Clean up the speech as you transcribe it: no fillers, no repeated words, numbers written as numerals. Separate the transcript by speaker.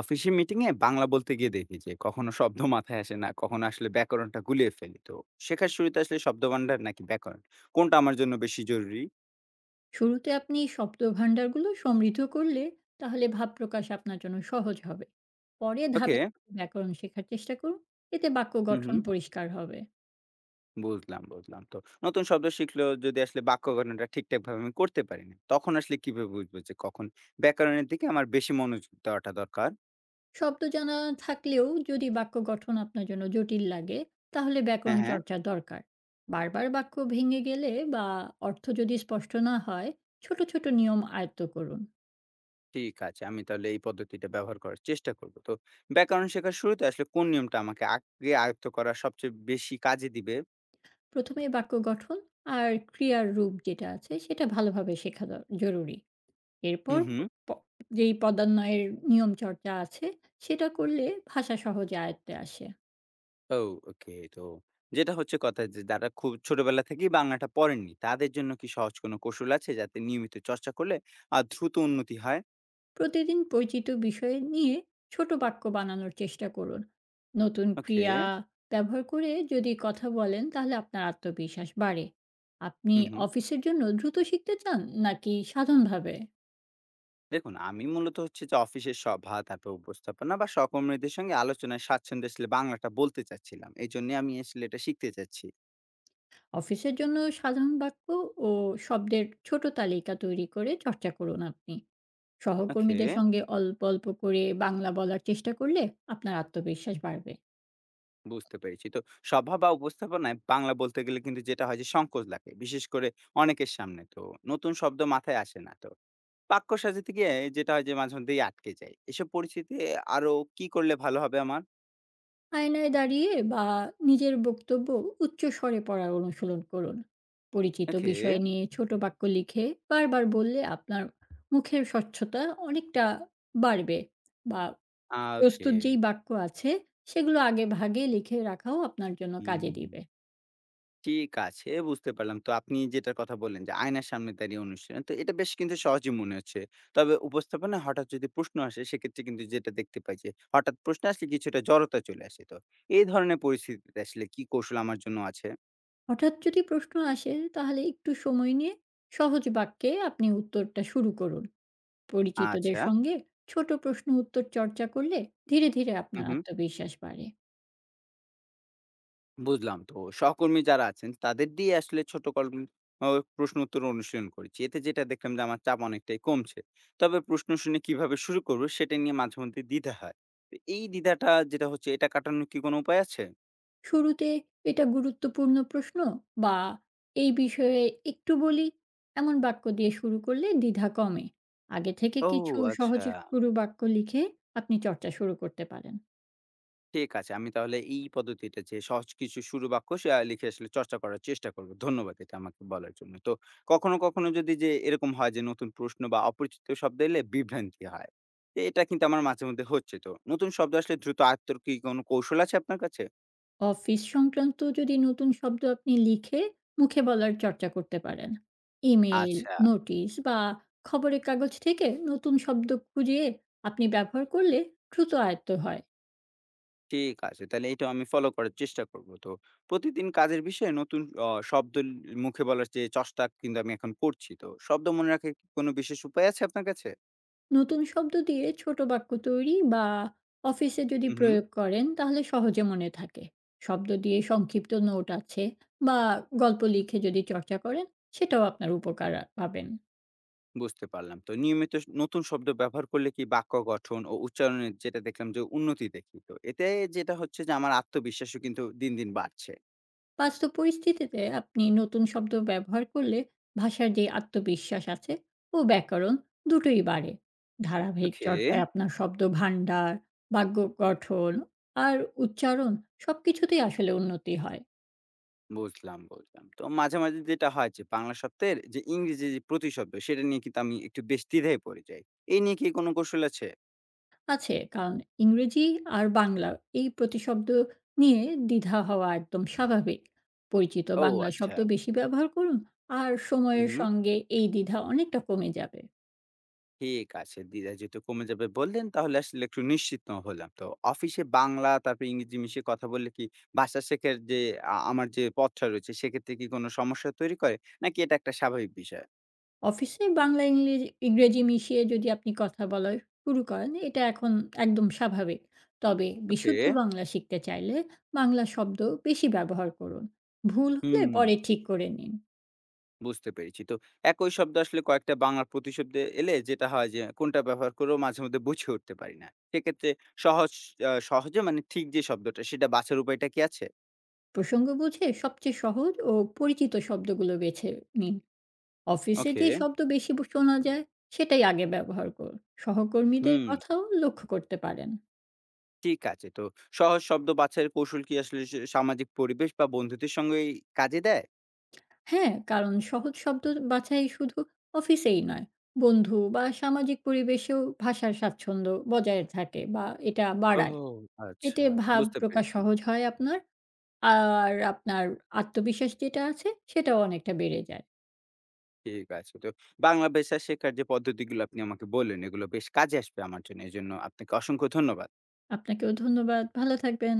Speaker 1: অফিসে মিটিং এ বাংলা বলতে গিয়ে দেখি যে কখনো শব্দ মাথায় আসে না, কখনো আসলে ব্যাকরণটা গুলিয়ে ফেলি। তো শেখার শুরুতে আসলে শব্দ ভান্ডার নাকি ব্যাকরণ, কোনটা আমার জন্য বেশি জরুরি?
Speaker 2: শুরুতে আপনি শব্দভাণ্ডারগুলো সমৃদ্ধ করলে তাহলে ভাব প্রকাশ আপনার জন্য সহজ হবে। পরে
Speaker 1: ওকে।
Speaker 2: ধাপে ব্যাকরণ শেখার চেষ্টা করুন, এতে বাক্য
Speaker 1: হুম
Speaker 2: গঠন
Speaker 1: হুম,
Speaker 2: পরিষ্কার হবে।
Speaker 1: বুঝলাম বুঝলাম। তো নতুন শব্দ শিখলেও যদি আসলে বাক্য গঠনটা ঠিকঠাক ভাবে আমি করতে পারি না, তখন আসলে কিভাবে বুঝবো যে কখন ব্যাকরণের দিকে আমার বেশি মনোযোগ দেওয়াটা দরকার?
Speaker 2: শব্দ জানা থাকলেও যদি বাক্য গঠন আপনার জন্য জটিল লাগে, তাহলে ব্যাকরণ
Speaker 1: হ্যাঁ হ্যাঁ।
Speaker 2: চর্চা দরকার। বারবার বাক্য ভেঙে গেলে বা অর্থ যদি স্পষ্ট না হয়, ছোট ছোট নিয়ম আয়ত্ত করুন।
Speaker 1: ঠিক আছে, আমি তাহলে এই পদ্ধতিটা ব্যবহার করার চেষ্টা করব। তো ব্যাকরণ শেখার শুরুতে আসলে কোন নিয়মটা আমাকে আগে আয়ত্ত করা সবচেয়ে বেশি কাজে দিবে?
Speaker 2: প্রথমে বাক্য গঠন আর ক্রিয়ার রূপ যেটা আছে সেটা ভালোভাবে শেখা জরুরি। এরপর
Speaker 1: হুম হুম।
Speaker 2: প যেই পদান্বয়ের নিয়ম চর্চা আছে, সেটা করলে ভাষা সহজে আয়ত্তে আসে।
Speaker 1: ও ওকে। তো যেটা হচ্ছে কথা, যে যারা খুব ছোটবেলা থেকেই বাংলাটা পড়েননি, তাদের জন্য কি সহজ কোনো কৌশল আছে, যাতে নিয়মিত চর্চা করলে দ্রুত উন্নতি হয়?
Speaker 2: প্রতিদিন পরিচিত বিষয় নিয়ে ছোট বাক্য বানানোর চেষ্টা করুন। নতুন
Speaker 1: ওকে।
Speaker 2: ক্রিয়া ব্যবহার করে যদি কথা বলেন, তাহলে আপনার আত্মবিশ্বাস বাড়ে। আপনি
Speaker 1: হুম, হুম।
Speaker 2: অফিসের জন্য দ্রুত শিখতে চান নাকি সাধারণভাবে?
Speaker 1: দেখুন, আমি মূলত হচ্ছে যে অফিসের সভা, তারপর উপস্থাপনা বা সহকর্মীদের সঙ্গে আলোচনায় স্বাচ্ছন্দ্যে আসলে বাংলাটা বলতে চাচ্ছিলাম। এজন্যে আমি আসলে এটা শিখতে চাচ্ছি।
Speaker 2: অফিসের জন্য সাধারণ বাক্য ও শব্দের ছোট তালিকা তৈরি করে চর্চা করুন আপনি।
Speaker 1: ওকে,
Speaker 2: সহকর্মীদের সঙ্গে অল্প অল্প করে বাংলা বলার চেষ্টা করলে আপনার আত্মবিশ্বাস বাড়বে।
Speaker 1: বুঝতে পেরেছি। তো সভা বা উপস্থাপনায় বাংলা বলতে গেলে কিন্তু যেটা হয়, যে সংকোচ লাগে। বিশেষ করে অনেকের সামনে। তো নতুন শব্দ মাথায় আসে না। তো বাক্য সাজাতে গিয়ে যেটা হয়, যে মাঝেমধ্যেই আটকে যাই। এসব পরিস্থিতি আরো কি করলে ভালো হবে আমার?
Speaker 2: আয়নায় দাঁড়িয়ে বা নিজের বক্তব্য উচ্চ স্বরে পড়ার অনুশীলন করুন। পরিচিত
Speaker 1: ওকে।
Speaker 2: বিষয় নিয়ে ছোট বাক্য লিখে বারবার বললে আপনার মুখের স্বচ্ছতা অনেকটা বাড়বে। বা
Speaker 1: ওকে।
Speaker 2: প্রস্তুত যেই বাক্য আছে সেগুলো আগে ভাগে লিখে রাখাও আপনার জন্য কাজে
Speaker 1: হুম।
Speaker 2: দিবে।
Speaker 1: ঠিক আছে, বুঝতে পারলাম। তো আপনি যেটার কথা বললেন, যে আয়নার সামনে দাঁড়িয়ে অনুশীলন। তো এটা বেশ কিন্তু সহজই মনে হচ্ছে। তবে উপস্থাপনায় হঠাৎ যদি প্রশ্ন আসে, সেক্ষেত্রে কিন্তু যেটা দেখতে পাই, যে হঠাৎ প্রশ্ন আসলে কিছুটা জড়তা চলে আসে। তো এই ধরনের পরিস্থিতিতে আসলে কি কৌশল আমার জন্য আছে?
Speaker 2: হঠাৎ যদি প্রশ্ন আসে তাহলে একটু সময় নিয়ে সহজ বাক্যে আপনি উত্তরটা শুরু করুন। পরিচিতদের
Speaker 1: আচ্ছা।
Speaker 2: সঙ্গে ছোট প্রশ্ন উত্তর চর্চা করলে ধীরে ধীরে
Speaker 1: হু,
Speaker 2: আপনার
Speaker 1: হু।
Speaker 2: আত্মবিশ্বাস বাড়ে।
Speaker 1: বুঝলাম। তো সহকর্মী যারা আছেন তাদের দিয়ে আসলে ছোট কলম অ প্রশ্ন উত্তর অনুশীলন করেছি। এতে যেটা দেখলাম, যে আমার চাপ অনেকটাই কমছে। তবে প্রশ্ন শুনে কিভাবে শুরু করব সেটা নিয়ে মাঝে মধ্যে দ্বিধা হয়। তো এই দ্বিধাটা যেটা হচ্ছে, এটা কাটানোর কি কোনো উপায় আছে?
Speaker 2: শুরুতে এটা গুরুত্বপূর্ণ প্রশ্ন বা এই বিষয়ে একটু বলি, এমন বাক্য দিয়ে শুরু করলে দ্বিধা কমে। আগে থেকে
Speaker 1: ও
Speaker 2: কিছু সহজ
Speaker 1: আচ্ছা।
Speaker 2: শুরু বাক্য লিখে আপনি চর্চা শুরু করতে পারেন।
Speaker 1: ঠিক আছে। আমি তাহলে এই পদ্ধতিটা, যে সহজ কিছু শুরু বাক্য সে আ লিখে আসলে চর্চা করার চেষ্টা করব। ধন্যবাদ এটা আমাকে বলার জন্য। তো কখনো, কখনো যদি যে এরকম হয়, যে নতুন প্রশ্ন বা অপরিচিত শব্দ এলে বিভ্রান্তি হয়। তো এটা কিন্তু আমার মাঝে মধ্যে হচ্ছে। তো নতুন শব্দ আসলে দ্রুত আয়ত্তের কি কোনো কৌশল আছে আপনার কাছে?
Speaker 2: অফিস সংক্রান্ত যদি নতুন শব্দ আপনি লিখে মুখে বলার চর্চা করতে পারেন, ইমেল,
Speaker 1: আচ্ছা,
Speaker 2: নোটিশ বা খবরের কাগজ থেকে নতুন শব্দ খুঁজে আপনি ব্যবহার করলে দ্রুত আয়ত্ত হয়।
Speaker 1: ঠিক আছে। তাহলে এটাও আমি ফলো করার চেষ্টা করব। তো প্রতিদিন কাজের বিষয়ে নতুন শব্দ মুখে বলার যে চষ্টা কিন্তু আমি এখন করছি। তো শব্দ মনে রাখার কি কোনো বিশেষ উপায় আছে আপনার কাছে?
Speaker 2: নতুন শব্দ দিয়ে ছোট বাক্য তৈরি বা অফিসে যদি
Speaker 1: হু, হু।
Speaker 2: প্রয়োগ করেন তাহলে সহজে মনে থাকে। শব্দ দিয়ে সংক্ষিপ্ত নোট আছে বা গল্প লিখে যদি চর্চা করেন, সেটাও আপনার উপকার পাবেন।
Speaker 1: বুঝতে পারলাম। তো নিয়মিত নতুন শব্দ ব্যবহার করলে কি বাক্য গঠন ও উচ্চারণের, যেটা দেখলাম যে উন্নতি দেখি। তো এতে যেটা হচ্ছে, যে আমার আত্মবিশ্বাসও কিন্তু দিন, দিন বাড়ছে।
Speaker 2: বাস্তব পরিস্থিতিতে আপনি নতুন শব্দ ব্যবহার করলে ভাষার যে আত্মবিশ্বাস আছে ও ব্যাকরণ, দুটোই বাড়ে। ধারাবাহিক
Speaker 1: ওকে,
Speaker 2: চর্চায় আপনার শব্দ ভাণ্ডার, বাক্য গঠন আর উচ্চারণ সব কিছুতেই আসলে উন্নতি হয়।
Speaker 1: বুঝলাম, বুঝলাম। তো মাঝে, মাঝে যেটা হয়, যে বাংলা শব্দের যে ইংরেজি যে প্রতিশব্দ, সেটা নিয়ে কিন্তু আমি একটু বেশ দ্বিধায় পড়ে যাই। এই নিয়ে কি কোনো কৌশল আছে?
Speaker 2: আছে, কারণ ইংরেজি আর বাংলা এই প্রতিশব্দ নিয়ে দ্বিধা হওয়া একদম স্বাভাবিক। পরিচিত
Speaker 1: ও
Speaker 2: বাংলা
Speaker 1: আচ্ছা।
Speaker 2: শব্দ বেশি ব্যবহার করুন, আর
Speaker 1: হু,
Speaker 2: সময়ের
Speaker 1: হু।
Speaker 2: সঙ্গে এই দ্বিধা অনেকটা কমে যাবে।
Speaker 1: ঠিক আছে। দ্বিধা যেহেতু কমে যাবে বললেন, তাহলে আসলে একটু নিশ্চিন্ত হলাম। তো অফিসে বাংলা, তারপরে ইংরেজি মিশিয়ে কথা বললে কি ভাষা শেখার যে আমার যে পথটা রয়েছে, সেক্ষেত্রে কি কোনো সমস্যা তৈরি করে? নাকি এটা একটা স্বাভাবিক বিষয়?
Speaker 2: অফিসে বাংলা ইংরেজি মিশিয়ে যদি আপনি কথা বলা শুরু করেন এটা এখন একদম স্বাভাবিক। তবে
Speaker 1: ওকে।
Speaker 2: বিশুদ্ধ বাংলা শিখতে চাইলে বাংলা শব্দ বেশি ব্যবহার করুন। ভুল হলে
Speaker 1: হুম,
Speaker 2: পরে ঠিক করে নিন।
Speaker 1: বুঝতে পেরেছি। তো একই শব্দ আসলে কয়েকটা বাংলা প্রতিশব্দে এলে যেটা হয়, যে কোনটা ব্যবহার করেও মাঝে মধ্যে বুঝে উঠতে পারি না। সেক্ষেত্রে সহজ সহজে মানে ঠিক যে শব্দটা, সেটা বাছার উপায়টা কি আছে?
Speaker 2: প্রসঙ্গ বুঝে সবচেয়ে সহজ ও পরিচিত শব্দগুলো বেছে নিন। অফিসে
Speaker 1: ওকে।
Speaker 2: যে শব্দ বেশি শোনা যায় সেটাই আগে ব্যবহার করুন। সহকর্মীদের
Speaker 1: হুম।
Speaker 2: কথাও লক্ষ্য করতে পারেন।
Speaker 1: ঠিক আছে। তো সহজ শব্দ বাছাইয়ের কৌশল কি আসলে সে সামাজিক পরিবেশ বা বন্ধুদের সঙ্গেই কাজে দেয়?
Speaker 2: হ্যাঁ, কারণ সহজ শব্দ বাছাই শুধু অফিসেই নয়, বন্ধু বা সামাজিক পরিবেশেও ভাষার স্বাচ্ছন্দ্য বজায় থাকে বা এটা
Speaker 1: ও
Speaker 2: বাড়ায়। এতে
Speaker 1: আচ্ছা।
Speaker 2: ভাব
Speaker 1: বুঝতে
Speaker 2: প্রকাশ
Speaker 1: পেরেছি।
Speaker 2: সহজ হয় আপনার। আর আপনার আত্মবিশ্বাস যেটা আছে, সেটাও অনেকটা বেড়ে যায়।
Speaker 1: ঠিক আছে। তো বাংলা ভাষা শেখার যে পদ্ধতিগুলো আপনি আমাকে বললেন, এগুলো বেশ কাজে আসবে আমার জন্য। এজন্য আপনাকে অসংখ্য ধন্যবাদ।
Speaker 2: আপনাকেও ধন্যবাদ। ভালো থাকবেন।